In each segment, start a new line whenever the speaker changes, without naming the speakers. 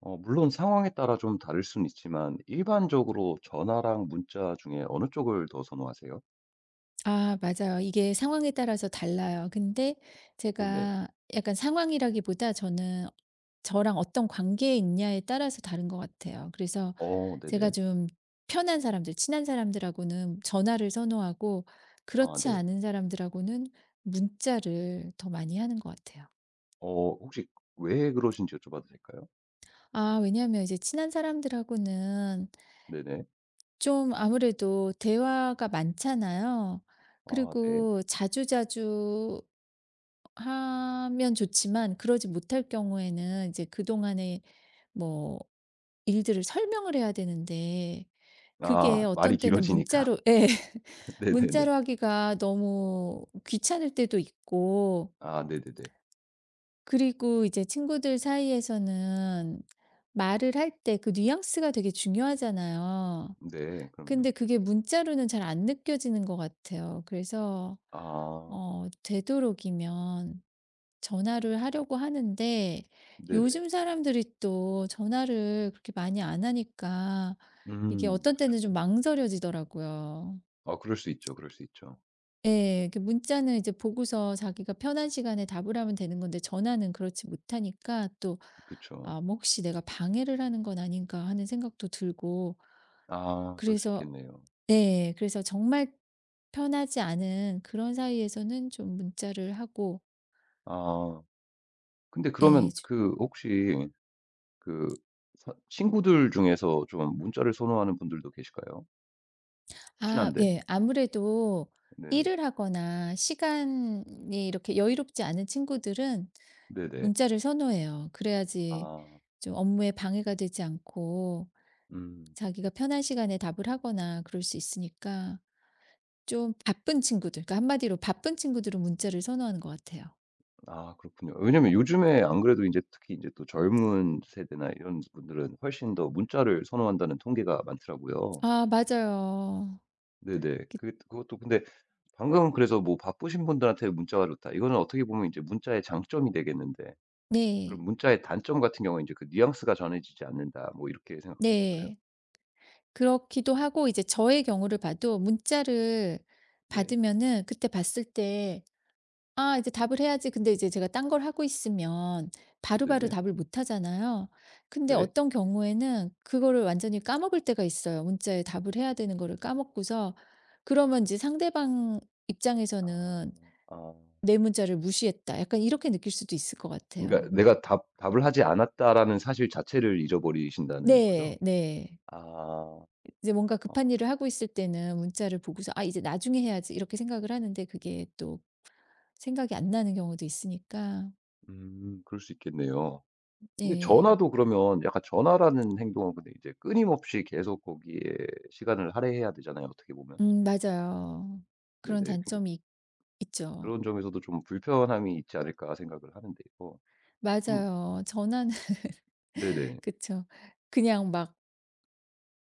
어 물론 상황에 따라 좀 다를 수는 있지만 일반적으로 전화랑 문자 중에 어느 쪽을 더 선호하세요?
아 맞아요. 이게 상황에 따라서 달라요. 근데
네네.
제가 약간 상황이라기보다 저는 저랑 어떤 관계에 있냐에 따라서 다른 것 같아요. 그래서
어
제가
네네.
좀 편한 사람들, 친한 사람들하고는 전화를 선호하고
아
그렇지
네.
않은 사람들하고는 문자를 더 많이 하는 것 같아요.
어 혹시 왜 그러신지 여쭤봐도 될까요?
아 왜냐하면 이제 친한 사람들하고는
네네.
좀 아무래도 대화가 많잖아요.
아 네.
그리고 자주자주 하면 좋지만 그러지 못할 경우에는 이제 그동안의 뭐 일들을 설명을 해야 되는데 그게
아 말이
어떤 때는
길어지니까.
문자로 예.
네네네.
문자로 하기가 너무 귀찮을 때도 있고,
아 네네네.
그리고 이제 친구들 사이에서는 말을 할 때 그 뉘앙스가 되게 중요하잖아요.
네 그럼요.
근데 그게 문자로는 잘 안 느껴지는 것 같아요. 그래서
아
어 되도록이면 전화를 하려고 하는데,
네네.
요즘 사람들이 또 전화를 그렇게 많이 안 하니까 이게
음
어떤 때는 좀
그
망설여지더라고요.
아 그럴 수 있죠, 그럴 수 있죠.
예. 그 문자는 이제 보고서 자기가 편한 시간에 답을 하면 되는 건데, 전화는 그렇지 못하니까 또
그쵸.
'아 뭐 혹시 내가 방해를 하는 건 아닌가.' 하는 생각도 들고
아 그럴 수
그래서.
있겠네요.
네. 그래서 정말 편하지 않은 그런 사이에서는 좀 문자를 하고.
아 근데
예.
그러면 그 혹시 그 사 친구들 중에서 좀 문자를 선호하는 분들도 계실까요?
아
친한데.
예. 아무래도
네네.
일을 하거나 시간이 이렇게 여유롭지 않은 친구들은
네네.
문자를 선호해요. 그래야지
아.
좀 업무에 방해가 되지 않고,
음.
자기가 편한 시간에 답을 하거나 그럴 수 있으니까. 좀 바쁜 친구들, 그러니까 한마디로 바쁜 친구들은 문자를 선호하는 것 같아요.
아 그렇군요. 왜냐면 요즘에 안 그래도 이제 특히 이제 또 젊은 세대나 이런 분들은 훨씬 더 문자를 선호한다는 통계가 많더라고요.
아 맞아요.
네네.
그
그것도 근데 방금 그래서 뭐 "바쁘신 분들한테 문자가 좋다." 이거는 어떻게 보면 이제 문자의 장점이 되겠는데
네.
그럼 문자의 단점 같은 경우는 이제 그 뉘앙스가 전해지지 않는다 뭐 이렇게 생각하면 될까요?
네. 그렇기도 하고, 이제 저의 경우를 봐도 문자를
네.
받으면은 그때 봤을 때 아 이제 답을 해야지. 근데 이제 제가 딴 걸 하고 있으면 바로바로
네네.
답을 못 하잖아요. 근데
네.
어떤 경우에는 그거를 완전히 까먹을 때가 있어요. 문자에 답을 해야 되는 거를 까먹고서 그러면 이제 상대방
아.
입장에서는
아.
'내 문자를 무시했다.' 약간 이렇게 느낄 수도 있을 것
그러니까
같아요.
'내가 답 답을 하지 않았다.'라는 사실 자체를 잊어버리신다는 거죠?
네. 네.
아.
이제 뭔가 급한
어
일을 하고 있을 때는 문자를 보고서 '아 이제 나중에 해야지.' 이렇게 생각을 하는데, 그게 또 생각이 안 나는 경우도 있으니까.
그럴 수 있겠네요. 근데
네.
전화도 그러면 약간 전화라는 행동은 근데 이제 끊임없이 계속 거기에 시간을 할애해야 되잖아요, 어떻게 보면.
맞아요. 그런
네네. 그러
단점이 있 있죠.
그런 점에서도 좀 불편함이 있지 않을까 생각을 하는데요. 그럼
맞아요. 전화는
네네.
그쵸. 그냥 막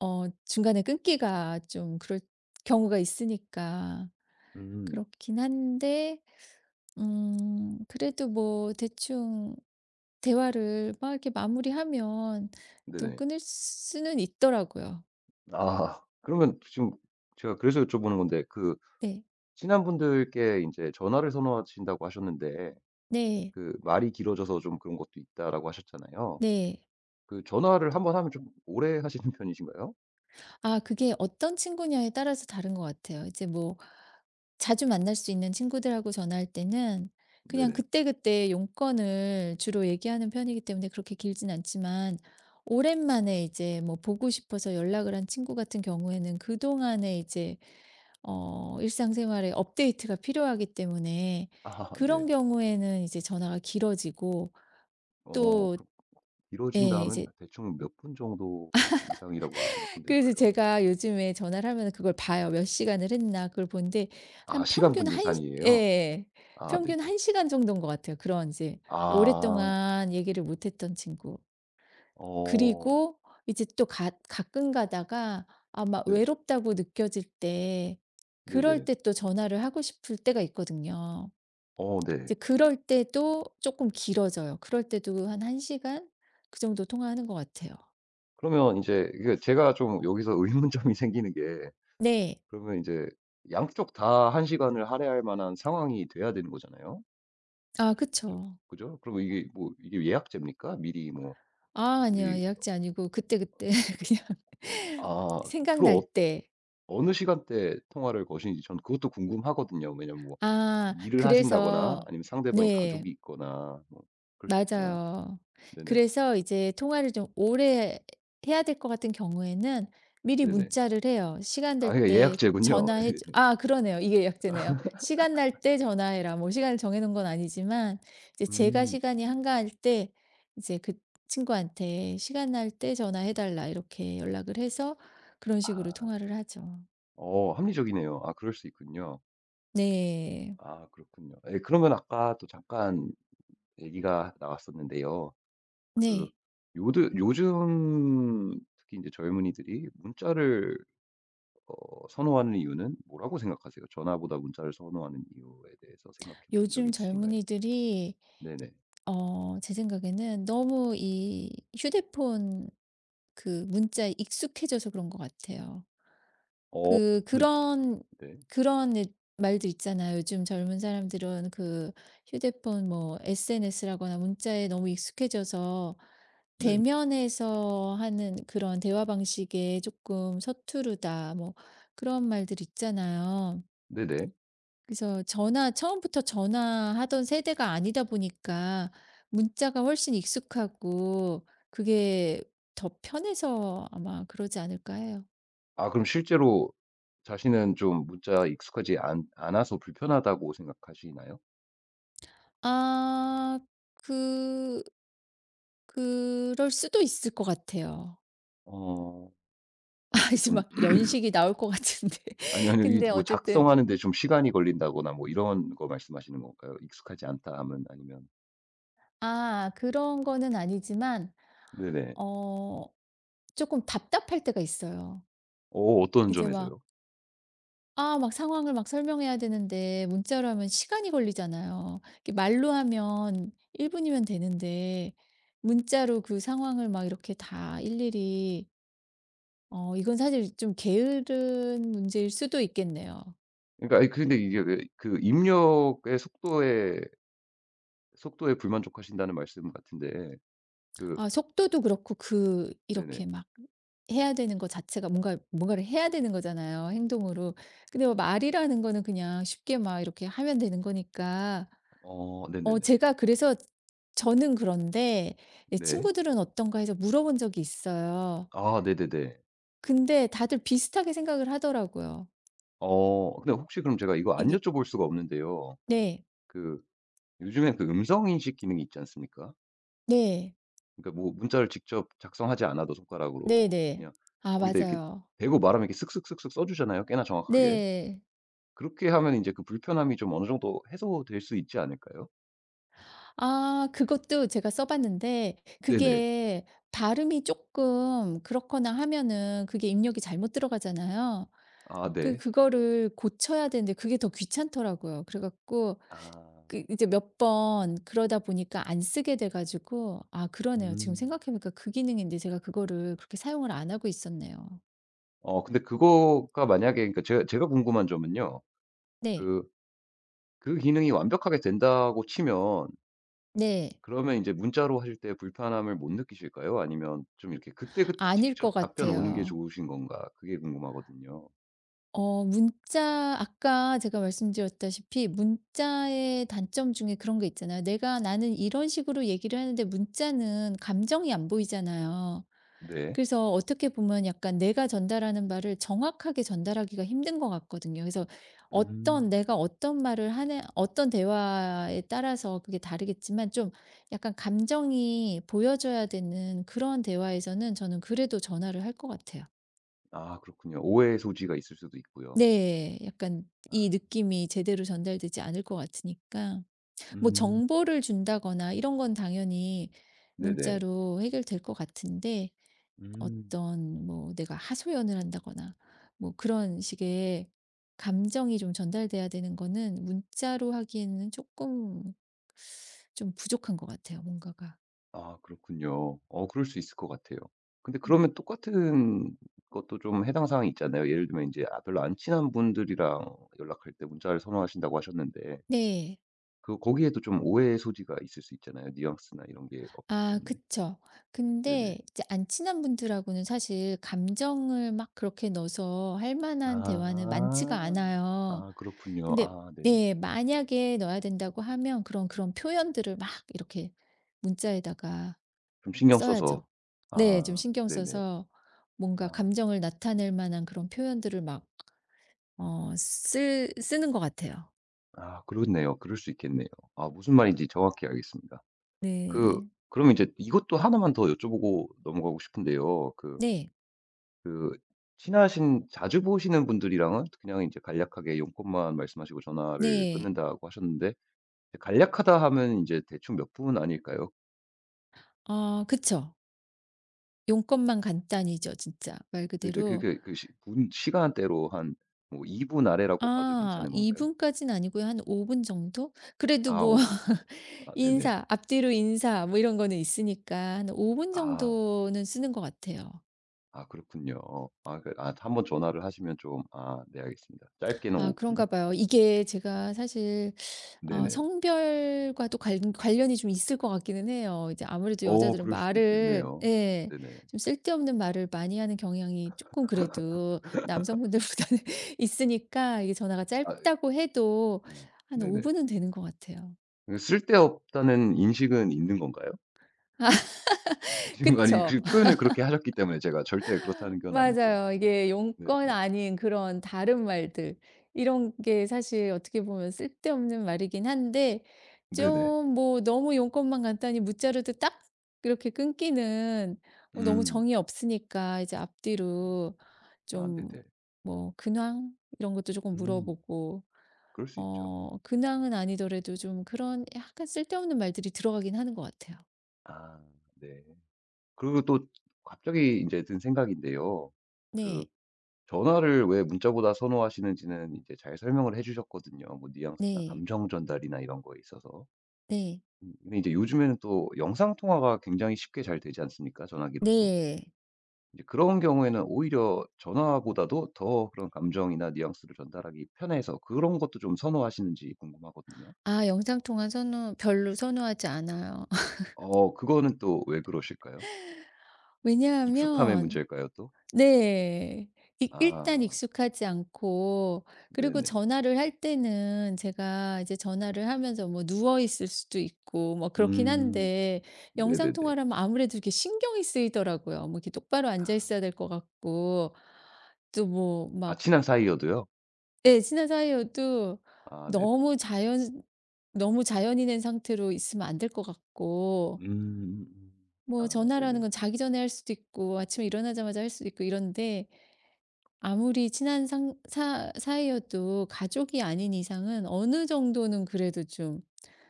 어 중간에 끊기가 좀 그럴 경우가 있으니까,
음.
그렇긴 한데 그래도 뭐 대충 대화를 막 이렇게 마무리하면 또
네네.
끊을 수는 있더라고요.
아. 그러면 지금 제가 그래서 여쭤보는 건데 그
네.
친한 분들께 인제 전화를 선호하신다고 하셨는데
네.
그 말이 길어져서 좀 그런 것도 있다라고 하셨잖아요.
네.
그 전화를 한번 하면 좀 오래 하시는 편이신가요?
아 그게 어떤 친구냐에 따라서 다른 것 같아요. 이제 뭐 자주 만날 수 있는 친구들하고 전화할 때는 그냥
네네.
그때그때 용건을 주로 얘기하는 편이기 때문에 그렇게 길진 않지만, 오랜만에 이제 뭐 보고 싶어서 연락을 한 친구 같은 경우에는 그동안에 이제 어 일상생활에 업데이트가 필요하기 때문에
아 네.
그런 경우에는 이제 전화가 길어지고
어
또.
그 길어진다
예.
하면
이제.
대충 몇 분 정도 이상이라고 생각하면
그래서
될까요?
제가 요즘에 전화를 하면 그걸 봐요. 몇 시간을 했나 그걸 보는데
아
한
시간
평균
분
한시 예. 예,
단위예요?
예.
아 네네.
평균 한 시간 정도인 것 같아요. 그런 이제
아.
오랫동안 얘기를 못 했던 친구.
어
그리고 이제 또 가 가끔 가다가 아마
네.
외롭다고 느껴질 때 그럴
네네.
때 또 전화를 하고 싶을 때가 있거든요.
어 네.
이제 그럴 때도 쪼끔 길어져요. 그럴 때도 한 한 시간 그 정도 통화하는 것 같아요.
그러면 이제 이게 제가 좀 여기서 의문점이 생기는 게
네.
그러면 이제 양쪽 다 한 시간을 할애할 만한 상황이 돼야 되는 거잖아요.
아
그죠?
그쵸.
그죠? 그리고 이게 뭐 이게 예약제입니까? 미리 뭐
아 아니요.
우리
예약제 아니고 그때그때 그냥
아 주로
생각날
어
때.
어느 시간대 통화를 거시는지 전 그것도 궁금하거든요. 왜냐면 뭐
아
일을
그래서
하신다거나 아니면 상대방이
네.
가족이 있거나 뭐 그럴 수 있잖아요.
맞아요.
네네.
그래서 이제 통화를 좀 오래 해야 될 것 같은 경우에는 미리
네네.
문자를 해요. "시간
아
될
그러니까
때
예약제군요.
전화해
예.
줘." 아 그러네요. 이게 약제네요. "시간 날 때 전화해라." 뭐 시간을 정해 놓은 건 아니지만 이제 제가
음.
시간이 한가할 때 이제 그 친구한테 "시간 날 때 전화해 달라." 이렇게 연락을 해서 그런 식으로
아.
통화를 하죠.
어 합리적이네요. 아 그럴 수 있군요.
네.
아 그렇군요. 예 그러면 아까 또 잠깐 얘기가 나왔었는데요. 그
네.
요드 요즘 특히 이제 젊은이들이 문자를 어 선호하는 이유는 뭐라고 생각하세요? 전화보다 문자를 선호하는 이유에 대해서 생각해 보신 적이
요즘
있으신가요?
젊은이들이
네네.
어 제 생각에는 너무 이 휴대폰 그 문자에 익숙해져서 그런 것 같아요.
어
그
문
그런
네.
그런 예 말들 있잖아요. 요즘 젊은 사람들은 그 휴대폰 뭐 SNS라거나 문자에 너무 익숙해져서
네.
대면에서 하는 그런 대화 방식에 조금 서투르다 뭐 그런 말들 있잖아요.
네네.
그래서 전화, 처음부터 전화하던 세대가 아니다 보니까 문자가 훨씬 익숙하고 그게 더 편해서 아마 그러지 않을까 해요.
아 그럼 실제로 자신은 좀 문자에 익숙하지 않 않아서 불편하다고 생각하시나요?
아 그 그럴 수도 있을 것 같아요.
어
아
뭐 이렇게
이제
좀
막 연식이 나올 것 같은데.
아니 아니요. 이
근데
뭐
어쨌든
작성하는 데 좀 시간이 걸린다거나 뭐 이런 거 말씀하시는 건가요? 익숙하지 않다 하면 아니면.
아 그런 거는 아니지만
네네.
어 조금 답답할 때가 있어요.
어 어떤
이제 막
점에서요?
아 막 상황을 막 설명해야 되는데 문자로 하면 시간이 걸리잖아요. 이렇게 말로 하면 1분 분이면 되는데 문자로 그 상황을 막 이렇게 다 일일이. 어 이건 사실 좀 게으른 문제일 수도 있겠네요.
그러니까 아이 근데 이게 왜 그 입력의 속도에 불만족하신다는 말씀 같은데 그
아 속도도 그렇고 그
네네.
이렇게 막 해야 되는 거 자체가 뭔가 뭔가를 해야 되는 거잖아요, 행동으로. 근데 뭐 말이라는 거는 그냥 쉽게 막 이렇게 하면 되는 거니까.
어
어
네네네.
제가 그래서 저는 그런데 예
네.
친구들은 어떤가 해서 물어본 적이 있어요.
아 네네네.
근데 다들 비슷하게 생각을 하더라고요.
어 근데 혹시 그럼 제가 이거 안
이게
여쭤볼 수가 없는데요.
네.
그 요즘에 그 음성 인식 기능이 있지 않습니까?
네.
그러니까 뭐 문자를 직접 작성하지 않아도 손가락으로
네네.
그냥
아
거기다 이렇게
맞아요.
대고 말하면 이렇게 쓱쓱쓱쓱 써 주잖아요, 꽤나 정확하게.
네.
그렇게 하면 이제 그 불편함이 좀 어느 정도 해소될 수 있지 않을까요?
아 그것도 제가 써 봤는데
네네.
그게 발음이 조금 그렇거나 하면은 그게 입력이 잘못 들어가잖아요.
아
그
네.
그거를 고쳐야 되는데 그게 더 귀찮더라고요. 그래 갖고
아.
그 이제 몇 번 그러다 보니까 안 쓰게 돼 가지고. 아 그러네요. 지금
음.
생각해 보니까 그 기능인데 제가 그거를 그렇게 사용을 안 하고 있었네요.
어 근데 그거가 만약에 그러니까 제가 궁금한 점은요.
네.
그 그 기능이 완벽하게 된다고 치면
네.
그러면 이제 문자로 하실 때 불편함을 못 느끼실까요? 아니면 좀 이렇게 그때그때
아닐 것
직접 답변 오는 게
같아요.
좋으신 건가 그게 궁금하거든요.
어 문자, 아까 제가 말씀드렸다시피 문자의 단점 중에 그런 게 있잖아요. 내가 나는 이런 식으로 얘기를 하는데 문자는 감정이 안 보이잖아요.
네.
그래서 어떻게 보면 약간 내가 전달하는 말을 정확하게 전달하기가 힘든 것 같거든요. 그래서 어떤
음.
내가 어떤 말을 하는 어떤 대화에 따라서 그게 다르겠지만 좀 약간 감정이 보여져야 되는 그런 대화에서는 저는 그래도 전화를 할 것 같아요.
아 그렇군요. 오해의 소지가 있을 수도 있고요.
네. 약간 이
아
느낌이 제대로 전달되지 않을 것 같으니까. 뭐
음
정보를 준다거나 이런 건 당연히
네네.
문자로 해결될 것 같은데,
음.
어떤 뭐 내가 하소연을 한다거나 뭐 그런 식의 감정이 좀 전달돼야 되는 거는 문자로 하기에는 조금 좀 부족한 것 같아요, 뭔가가.
아 그렇군요. 어 그럴 수 있을 것 같아요. 근데
음.
그러면 똑같은 것도 좀 해당 사항이 있잖아요. 예를 들면 이제 아 별로 안 친한 분들이랑 연락할 때 문자를 선호하신다고 하셨는데
네.
그 거기에도 좀 오해의 소지가 있을 수 있잖아요. 뉘앙스나 이런 게 없기
아
때문에.
그쵸.
네네.
근데 이제 안 친한 분들하고는 사실 감정을 막 그렇게 넣어서 할 만한 대화는 많지가
아.
않아요.
아 그렇군요.
근데
아 네네.
네 만약에 넣어야 된다고 하면 그런, 그런 표현들을 막 이렇게 문자에다가
좀 신경 써서.
써야죠. 네. 좀
아
신경
네네.
써서 뭔가
아.
감정을 나타낼 만한 그런 표현들을 막 어 쓰 쓰는 것 같아요.
아 그렇네요. 그럴 수 있겠네요. 아 무슨 말인지 정확히 알겠습니다. 그
네.
그러면 이제 이것도 하나만 더 여쭤보고 넘어가고 싶은데요.
네.
그 친하신 자주 보시는 분들이랑은 그냥 인제 간략하게 용건만 말씀하시고 전화를
네.
끊는다고 하셨는데 간략하다 하면 인제 대충 몇 분 아닐까요?
아 그쵸. 용건만 간단히죠, 진짜 말
네네.
그대로.
그게 그 시 분 시간대로 한 뭐 2분 분 아래라고 봐도
아
괜찮은
2분
건가요?
분까지는 아니고요. 한 5분 정도?
아
그래도
5
뭐
분 정도요. 아 네네.
인사, 앞뒤로 인사 뭐 이런 거는 있으니까 한 5분 분
아.
정도는 쓰는 것 같아요.
아 그렇군요. 아 그 아 한 번 전화를 하시면 좀 아 네 알겠습니다. 짧게는
아
5 분.
그런가 봐요. 이게 제가 사실 어
네네.
성별과도 관 관련이 좀 있을 것 같기는 해요. 이제 아무래도
어
여자들은
그럴 수도
말을
있겠네요.
예.
네네.
좀 쓸데없는 말을 많이 하는 경향이 조금 그래도 남성분들보다는 있으니까 이게 전화가
아
짧다고 해도 한 5분
네네.
분은 되는 것 같아요.
그 쓸데없다는 인식은 있는 건가요? 지금 아니
그쵸?
그 표현을 그렇게 하셨기 때문에 제가 절대 그렇다는 건 아니고요.
맞아요.
네.
이게
네네.
용건 아닌 그런 다른 말들 이런 게 사실 어떻게 보면 쓸데없는 말이긴 한데
네네.
좀 뭐 너무 용건만 간단히 무자르도 딱 이렇게 끊기는 뭐 너무
음.
정이 없으니까 이제
음.
앞뒤로
아
좀
네네.
뭐 근황 이런 것도 조금
음.
물어보고.
그럴 수 있죠.
어 근황은 아니더라도 좀 그런 약간 쓸데없는 말들이 들어가긴 하는 것 같아요.
아 네. 그리고 또 갑자기 이제 든 생각인데요. 그
네.
전화를 왜 문자보다 선호하시는지는 이제 잘 설명을 해 주셨거든요. 뭐 뉘앙스나
네.
감정 전달이나 이런 거에 있어서.
네.
근데 이제 요즘에는 또 영상 통화가 굉장히 쉽게 잘 되지 않습니까 전화기로도?
네.
이제 그런 경우에는 오히려 전화보다도 더 그런 감정이나 뉘앙스를 전달하기 편해서 그런 것도 좀 선호하시는지 궁금하거든요.
아 영상 통화 선호, 별로 선호하지 않아요.
어 그거는 또 왜 그러실까요? 익숙함의
왜냐하면
문제일까요 또?
네. 이 일단
아
익숙하지 않고, 그리고
네네.
전화를 할 때는 제가 이제 전화를 하면서 뭐 누워 있을 수도 있고 뭐 그렇긴
음.
한데 영상
네네네.
통화를 하면 아무래도 이렇게 신경이 쓰이더라고요. 뭐 이렇게 똑바로 앉아
아.
있어야 될 것 같고 또 뭐
아
막
친한 사이여도요?
예 친한 사이여도
아 네.
너무 자연 너무 자연인의 상태로 있으면 안 될 것 같고.
음음음.
뭐
아
전화라는
네네.
건 자기 전에 할 수도 있고 아침에 일어나자마자 할 수도 있고 이런데 아무리 친한 상사 사이여도 가족이 아닌 이상은 어느 정도는 그래도 좀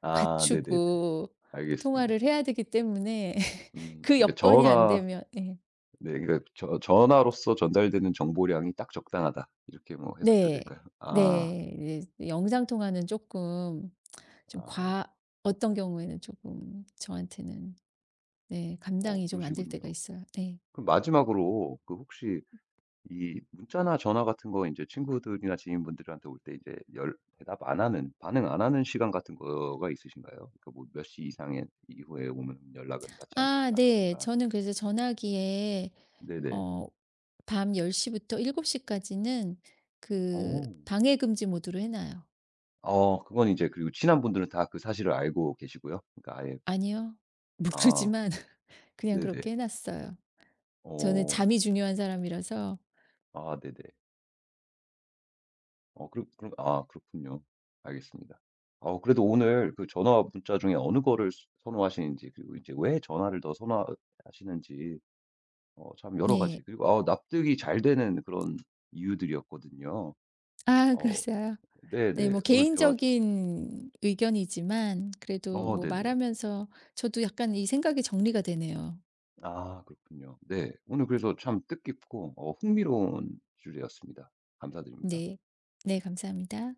아 네네네.
갖추고
알겠습니다.
통화를 해야 되기 때문에.
음.
그
그러니까
여건이 안
전화
되면 예.
네 그러니까 저 '전화로서 전달되는 정보량이 딱 적당하다.' 이렇게 뭐 해석해도
네.
될까요? 아.
네. 네. 영상 통화는 조금 좀
아.
과 어떤 경우에는 조금 저한테는 네
어
감당이 좀 안 될
그러시군요.
때가 있어요. 네.
그럼 마지막으로 그 혹시 이 문자나 전화 같은 거 이제 친구들이나 지인분들한테 올 때 이제 열 대답 안 하는 반응 안 하는 시간 같은 거가 있으신가요? 그러니까 뭐 몇 시 이상에 이후에 오면 연락은 받지
아 네.
않겠다든가.
저는 그래서 전화기에
네네.
어 밤 10부터 7시 까지는 그
어.
방해 금지 모드로 해 놔요.
어 그건 이제 그리고 친한 분들은 다 그 사실을 알고 계시고요? 그러니까 아예
아니요.
아
모르지만 그냥
네네.
그렇게 해 놨어요. 저는
어.
잠이 중요한 사람이라서.
아 네네. 어 그럼 아 그렇군요. 알겠습니다. 어 그래도 오늘 그 전화와 문자 중에 어느 거를 선호하시는지 그리고 이제 왜 전화를 더 선호하시는지 어 참 여러 가지
네.
그리고 아, 납득이 잘 되는 그런 이유들이었거든요.
아
어
그러세요? 네
네네.
뭐
오늘 대화 좀-
개인적인 의견이지만 그래도
어
뭐
네네.
말하면서 저도 약간 이 생각이 정리가 되네요.
아 그렇군요. 네. 오늘 그래서 참 뜻깊고 어 흥미로운 주제였습니다. 감사드립니다.
네. 네 감사합니다.